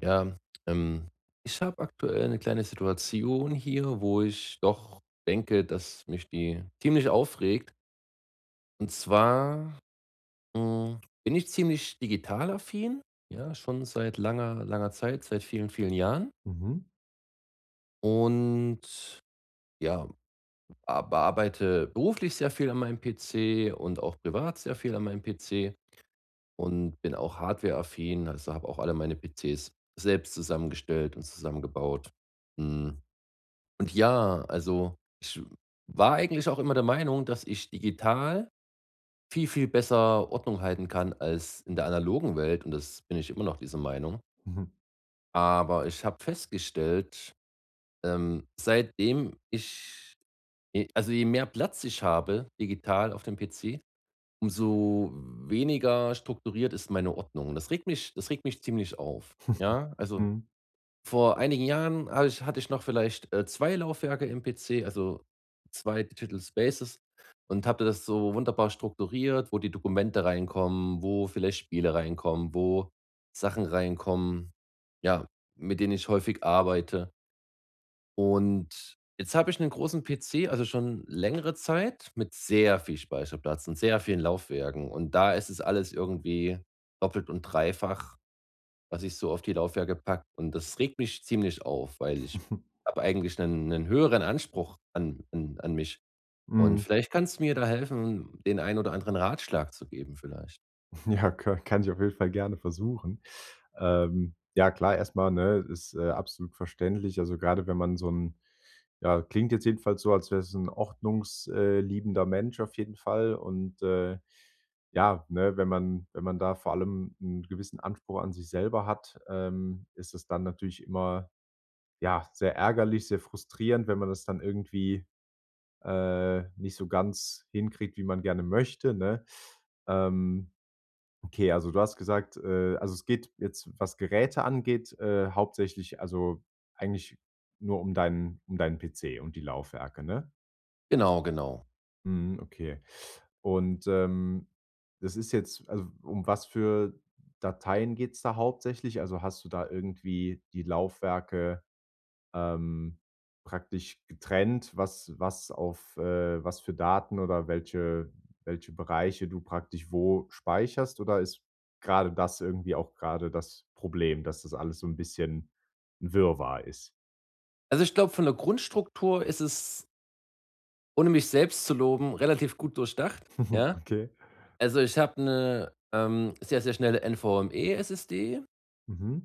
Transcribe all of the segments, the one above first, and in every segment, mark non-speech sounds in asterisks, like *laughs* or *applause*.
Ja, ähm, ich habe aktuell eine kleine Situation hier, wo ich doch denke, dass mich die ziemlich aufregt. Und zwar, bin ich ziemlich digital affin, ja, schon seit langer, langer Zeit, seit vielen, vielen Jahren. Mhm. Und ja, a bearbeite beruflich sehr viel an meinem PC und auch privat sehr viel an meinem PC und bin auch hardwareaffin, also habe auch alle meine PCs selbst zusammengestellt und zusammengebaut. Mhm. Und ja, also, ich war eigentlich auch immer der Meinung, dass ich digital viel, viel besser Ordnung halten kann als in der analogen Welt, und das bin ich immer noch dieser Meinung. Mhm. Aber ich habe festgestellt, seitdem ich je also, je mehr Platz ich habe digital auf dem PC, umso weniger strukturiert ist meine Ordnung. Das regt mich ziemlich auf, *laughs* ja? Also Mhm. vor einigen Jahren habe ich hatte ich noch vielleicht 2 Laufwerke im PC, also 2 Digital Spaces, und habe das so wunderbar strukturiert, wo die Dokumente reinkommen, wo vielleicht Spiele reinkommen, wo Sachen reinkommen, ja, mit denen ich häufig arbeite. Und jetzt habe ich einen großen PC, also schon längere Zeit mit sehr viel Speicherplatz und sehr vielen Laufwerken, und da ist es alles irgendwie doppelt und dreifach, was ich so auf die Laufwerke packe. Und das regt mich ziemlich auf, weil ich habe eigentlich einen höheren Anspruch an mich. Und Mhm. vielleicht kannst du mir da helfen, den einen oder anderen Ratschlag zu geben vielleicht. Ja, ka kann ich auf jeden Fall gerne versuchen. Ja, klar, erstmal, ne, ist, absolut verständlich. Also, gerade wenn man so ein ja, klingt jetzt jedenfalls so, als wäre es ein ordnungsliebender Mensch auf jeden Fall. Und, ja, ne, wenn man da vor allem einen gewissen Anspruch an sich selber hat, ist es dann natürlich immer, ja, sehr ärgerlich, sehr frustrierend, wenn man das dann irgendwie nicht so ganz hinkriegt, wie man gerne möchte, ne? Ähm, okay, also du hast gesagt, also es geht jetzt, was Geräte angeht, hauptsächlich, also eigentlich nur um deinen PC und die Laufwerke, ne? Genau, genau. Mhm, okay. Und, das ist jetzt also um was für Dateien geht's da hauptsächlich? Also, hast du da irgendwie die Laufwerke, ähm, praktisch getrennt, was für Daten oder welche Bereiche du praktisch wo speicherst? Oder ist gerade das irgendwie auch gerade das Problem, dass das alles so ein bisschen 'n Wirrwarr ist? Also, ich glaube, von der Grundstruktur ist es, ohne mich selbst zu loben, relativ gut durchdacht, ja? Okay. Also, ich habe eine sehr, sehr schnelle NVMe SSD. Mhm.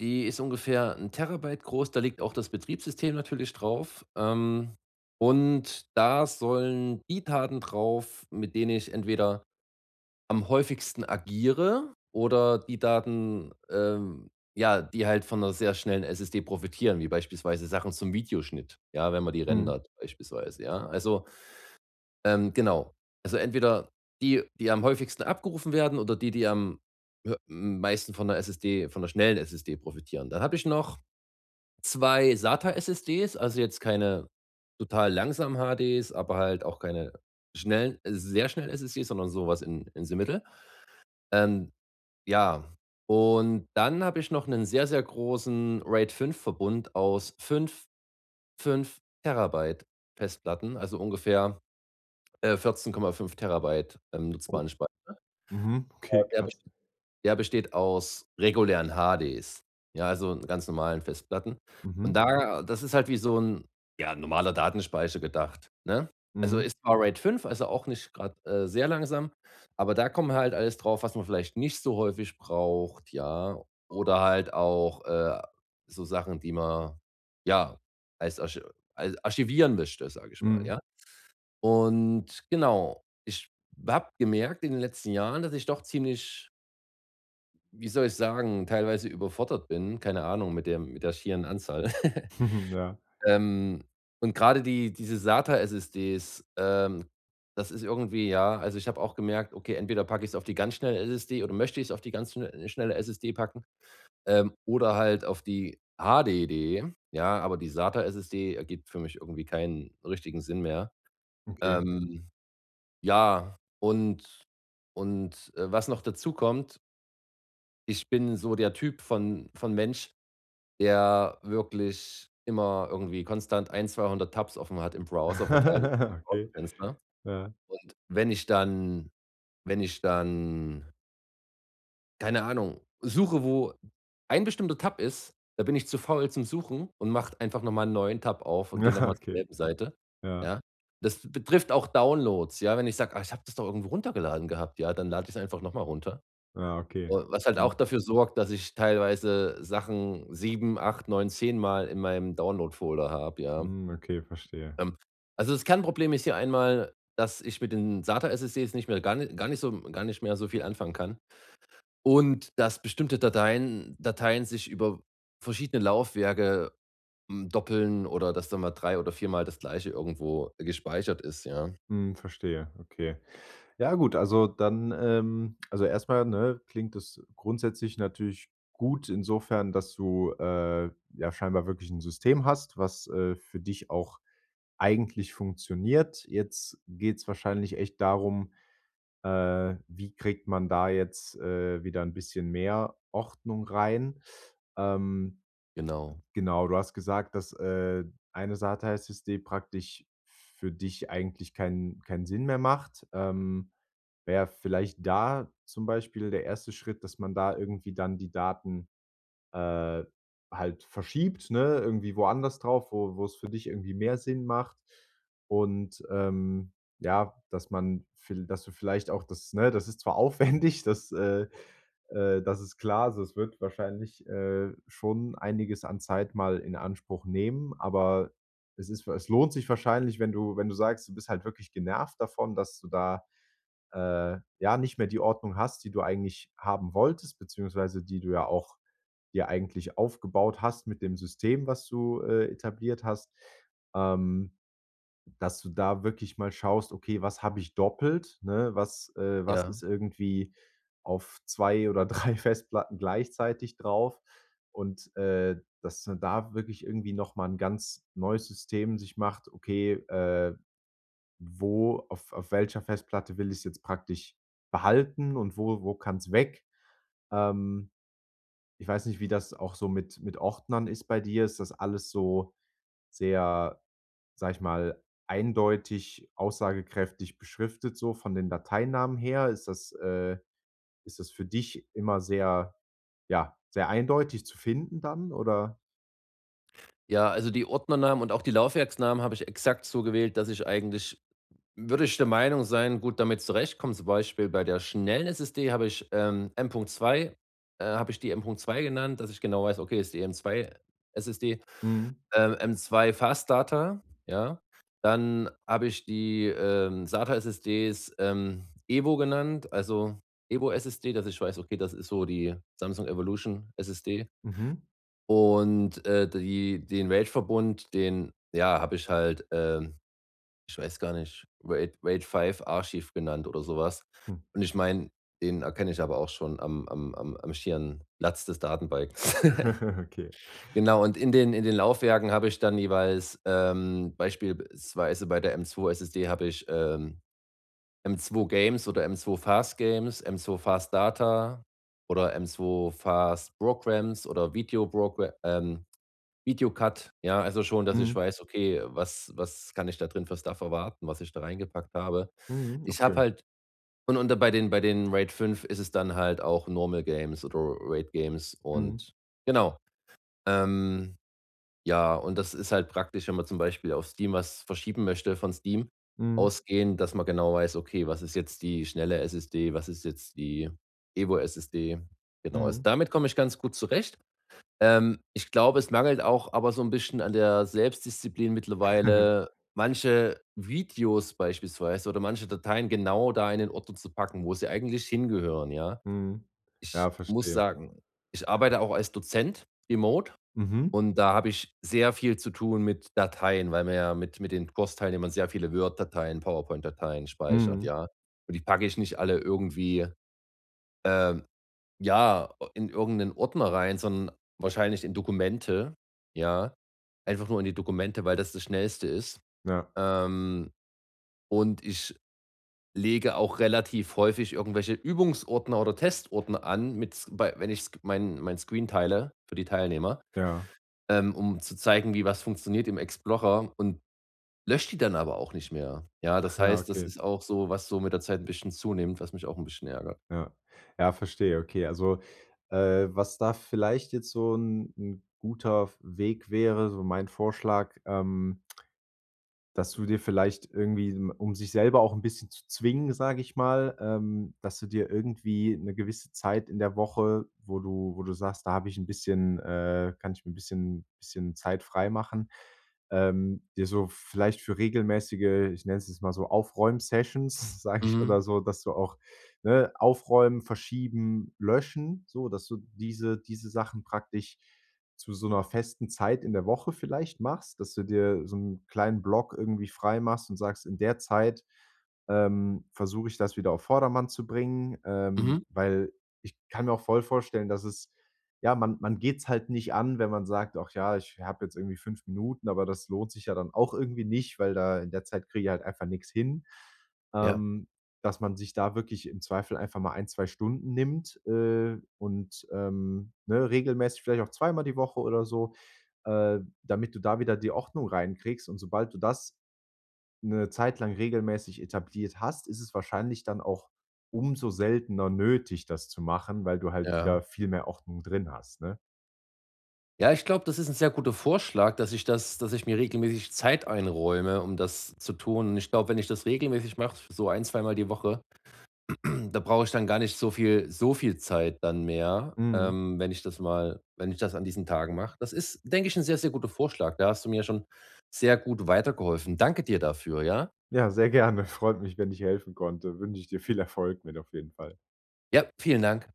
Die ist ungefähr ein Terabyte groß, da liegt auch das Betriebssystem natürlich drauf. Und da sollen die Daten drauf, mit denen ich entweder am häufigsten agiere, oder die Daten, ja, die halt von 'ner sehr schnellen SSD profitieren, wie beispielsweise Sachen zum Videoschnitt, ja, wenn man die Mhm. rendert beispielsweise, ja? Also, genau. Also entweder die, die am häufigsten abgerufen werden, oder die, die am hö meisten von 'ner SSD, von der schnellen SSD profitieren. Dann habe ich noch 2 SATA-SSDs, also jetzt keine total langsamen HDs, aber halt auch keine schnellen sehr schnellen SSDs, sondern sowas in the middle. Ähm, ja, und dann habe ich noch einen sehr, sehr großen raid fünf verbund aus fünf Terabyte Festplatten, also ungefähr, 14,5 Terabyte, Oh. nutzbaren Speicher. Mhm. *laughs* Äh, Okay, der krass. Der besteht aus regulären HDs, ja, also ganz normalen Festplatten. Und Mhm. da das ist halt wie so 'n, ja, normaler Datenspeicher gedacht, ne? Also, Mhm. ist zwar RAID fünf, also auch nicht grad, sehr langsam, aber da kommen halt alles drauf, was man vielleicht nicht so häufig braucht, ja, oder halt auch, so Sachen, die man, ja, als archi als archivieren möchte, sage ich mal, Mhm. ja. Und genau, ich habe gemerkt in den letzten Jahren, dass ich doch ziemlich, wie soll ich sagen, teilweise überfordert bin, keine Ahnung, mit der schieren Anzahl. *laughs* *laughs* Ja, Ähm, und gerade diese SATA-SSDs, das ist irgendwie, ja, also, ich habe auch gemerkt, okay, entweder packe ich es auf die ganz schnelle SSD, oder möchte ich es auf die ganz schnelle SSD packen, oder halt auf die HDD, ja, aber die SATA-SSD ergibt für mich irgendwie keinen richtigen Sinn mehr. okay. Ähm, ja, und was noch dazu kommt, ich bin so der Typ von Mensch, der wirklich immer irgendwie konstant 1, 200 Tabs offen hat im Browser, verteilt über mein *laughs* Okay, Browserfenster. ja. Und wenn ich dann, keine Ahnung, suche, wo ein bestimmter Tab ist, da bin ich zu faul zum Suchen und mache einfach noch mal 'n neuen Tab auf und gehe noch Ja, mal zur okay. selben Seite, Ja, ja? Das betrifft auch Downloads, ja? Wenn ich sage: „Ah, ich habe das doch irgendwo runtergeladen gehabt“, ja, dann lade ich es einfach noch mal runter. ja, okay. Was halt auch Mhm. dafür sorgt, dass ich teilweise Sachen 7, 8, 9, 10 Mal in meinem Download-Folder habe, ja. Mhm, okay, verstehe. Ähm, also, das Kernproblem ist hier einmal, dass ich mit den SATA-SSDs nicht mehr gar ni gar nicht so gar nicht mehr so viel anfangen kann, und dass bestimmte Dateien sich über verschiedene Laufwerke doppeln, oder dass da mal 3 oder viermal das Gleiche irgendwo gespeichert ist, ja. Mhm, verstehe, okay. Ja, gut, also dann, also erstmal, ne, klingt das grundsätzlich natürlich gut insofern, dass du, ja, scheinbar wirklich ein System hast, was, für dich auch eigentlich funktioniert. Jetzt geht's wahrscheinlich echt darum, wie kriegt man da jetzt, wieder ein bisschen mehr Ordnung rein? Ähm Genau. Genau, du hast gesagt, dass, eine Satellite-System praktisch für dich eigentlich keinen Sinn mehr macht. Wäre vielleicht da zum Beispiel der erste Schritt, dass man da irgendwie dann die Daten äh, halt verschiebt, ne, irgendwie woanders drauf, wo es für dich irgendwie mehr Sinn macht. Und, ja, dass du vielleicht auch das, ne, das ist zwar *laughs* aufwendig, das ist klar, also, es wird wahrscheinlich, schon einiges an Zeit mal in Anspruch nehmen, aber es lohnt sich wahrscheinlich, wenn du sagst, du bist halt wirklich genervt davon, dass du da, ja, nicht mehr die Ordnung hast, die du eigentlich haben wolltest, beziehungsweise die du ja auch dir eigentlich aufgebaut hast mit dem System, was du, etabliert hast, ähm, dass du da wirklich mal schaust: „Okay, was habe ich doppelt, ne? Was Ja. ist irgendwie auf 2 oder *laughs* 3 Festplatten gleichzeitig drauf?" Und, dass man da wirklich irgendwie noch mal 'n ganz neues System sich macht: „Okay, wo auf welcher Festplatte will ich es jetzt praktisch behalten, und wo kann es weg? Ähm, Ich weiß nicht, wie das auch so mit Ordnern ist bei dir. Ist das alles so sehr, sage ich mal, eindeutig, aussagekräftig beschriftet so von den Dateinamen her? Ist das für dich immer sehr eindeutig zu finden dann oder?" Ja, also, die Ordnernamen und auch die Laufwerksnamen habe ich exakt so gewählt, dass ich eigentlich, würde ich der Meinung sein, gut damit zurechtkommen, zum Beispiel bei der schnellen SSD habe ich, M.2, habe ich die M.2 genannt, dass ich genau weiß, okay, ist die M2-SSD, Mhm. M2 Fast Data, ja. Dann habe ich die, SATA-SSDs, Evo genannt, also Evo-SSD, dass ich weiß, okay, das ist so die Samsung Evolution SSD, Mhm. und, die den RAID-Verbund, den, ja, habe ich halt, ich weiß gar nicht, Raid 5 Archiv genannt oder sowas. Hm. Und ich meine, den erkenne ich aber auch schon am schieren Latz des Datenbikes. *laughs* *laughs* Okay. Genau, und in den Laufwerken habe ich dann jeweils, beispielsweise bei der M2-SSD habe ich, M2-Games oder M2-Fast-Games, M2-Fast-Data oder M2-Fast-Programs oder Video-Progr Videocut, ja, also schon, dass ich Mhm. weiß, okay, was was kann ich da drin für Stuff erwarten, was ich da reingepackt habe. Mhm. Ich habe Okay. halt, und und bei den RAID 5 ist es dann halt auch Normal Games oder Raid Games, Mhm. und genau. Ähm, ja, und das ist halt praktisch, wenn man zum Beispiel auf Steam was verschieben möchte, von Steam Mhm. ausgehend, dass man genau weiß, okay, was ist jetzt die schnelle SSD, was ist jetzt die Evo SSD. Genau, also Mhm. damit komme ich ganz gut zurecht. Ich glaube, es mangelt auch aber so ein bisschen an der Selbstdisziplin *laughs* mittlerweile, manche Videos beispielsweise oder manche Dateien genau da in den Ordner zu packen, wo sie eigentlich hingehören, ja. Mhm. Ich Ja, muss verstehe. sagen, ich arbeite auch als Dozent remote, Mhm. und da habe ich sehr viel zu tun mit Dateien, weil man ja mit den Kursteilnehmern sehr viele Word-Dateien, PowerPoint-Dateien speichert, Mhm. ja. Und die packe ich nicht alle irgendwie, ähm ja, in irgendeinen Ordner rein, sondern wahrscheinlich in Dokumente, ja. Einfach nur in die Dokumente, weil das das Schnellste ist. Ja, Ähm, und ich lege auch relativ häufig irgendwelche Übungsordner oder Testordner an, mit s bei wenn ich sk mein Screen teile für die Teilnehmer, ja, um zu zeigen, wie was funktioniert im Explorer, und lösche die dann aber auch nicht mehr. Ja, *laughs* das ja, heißt, das okay. ist auch so, was so mit der Zeit ein bisschen zunimmt, was mich auch ein bisschen ärgert. Ja. Ja, verstehe, okay. Also, was da vielleicht jetzt so ein 'n guter Weg wäre, so mein Vorschlag: dass du dir vielleicht irgendwie, um sich selber auch ein bisschen zu zwingen, sage ich mal, dass du dir irgendwie eine gewisse Zeit in der Woche, wo du sagst: „Da habe ich ein bisschen, kann ich mir ein bisschen Zeit freimachen", dir so vielleicht für regelmäßige, ich nenne es jetzt mal so, Aufräum-Sessions, *laughs* sage ich Mhm, oder so, dass du auch, ne, aufräumen, verschieben, löschen, so, dass du diese Sachen praktisch zu so einer festen Zeit in der Woche vielleicht machst, dass du dir so einen kleinen Block irgendwie frei machst und sagst: „In der Zeit, versuche ich das wieder auf Vordermann zu bringen." mhm. Weil ich kann mir auch voll vorstellen, dass man geht's halt nicht an, wenn man sagt: „Ach ja, ich habe jetzt irgendwie 5 Minuten", aber das lohnt sich ja dann auch irgendwie nicht, weil da in der Zeit kriege ich halt einfach nichts hin. Ja, Ähm, Dass man sich da wirklich im Zweifel einfach mal ein, 2 Stunden nimmt, und, ne, regelmäßig vielleicht auch zweimal die Woche oder so, damit du da wieder die Ordnung reinkriegst. Und sobald du das eine Zeit lang regelmäßig etabliert hast, ist es wahrscheinlich dann auch umso seltener nötig, das zu machen, weil du halt ja. wieder viel mehr Ordnung drin hast, ne? Ja, ich glaube, das ist ein sehr guter Vorschlag, dass ich mir regelmäßig Zeit einräume, um das zu tun. Und ich glaube, wenn ich das regelmäßig mache, so ein zweimal die Woche, *clears throat* da brauche ich dann gar nicht so viel Zeit dann mehr, Mhm. Wenn ich das an diesen Tagen mache. Das ist, denke ich, ein sehr, sehr guter Vorschlag. Da hast du mir schon sehr gut weitergeholfen. Danke dir dafür, ja? Ja, sehr gerne. *laughs* Freut mich, wenn ich helfen konnte. Wünsche ich dir viel Erfolg mit auf jeden Fall. Ja, vielen Dank.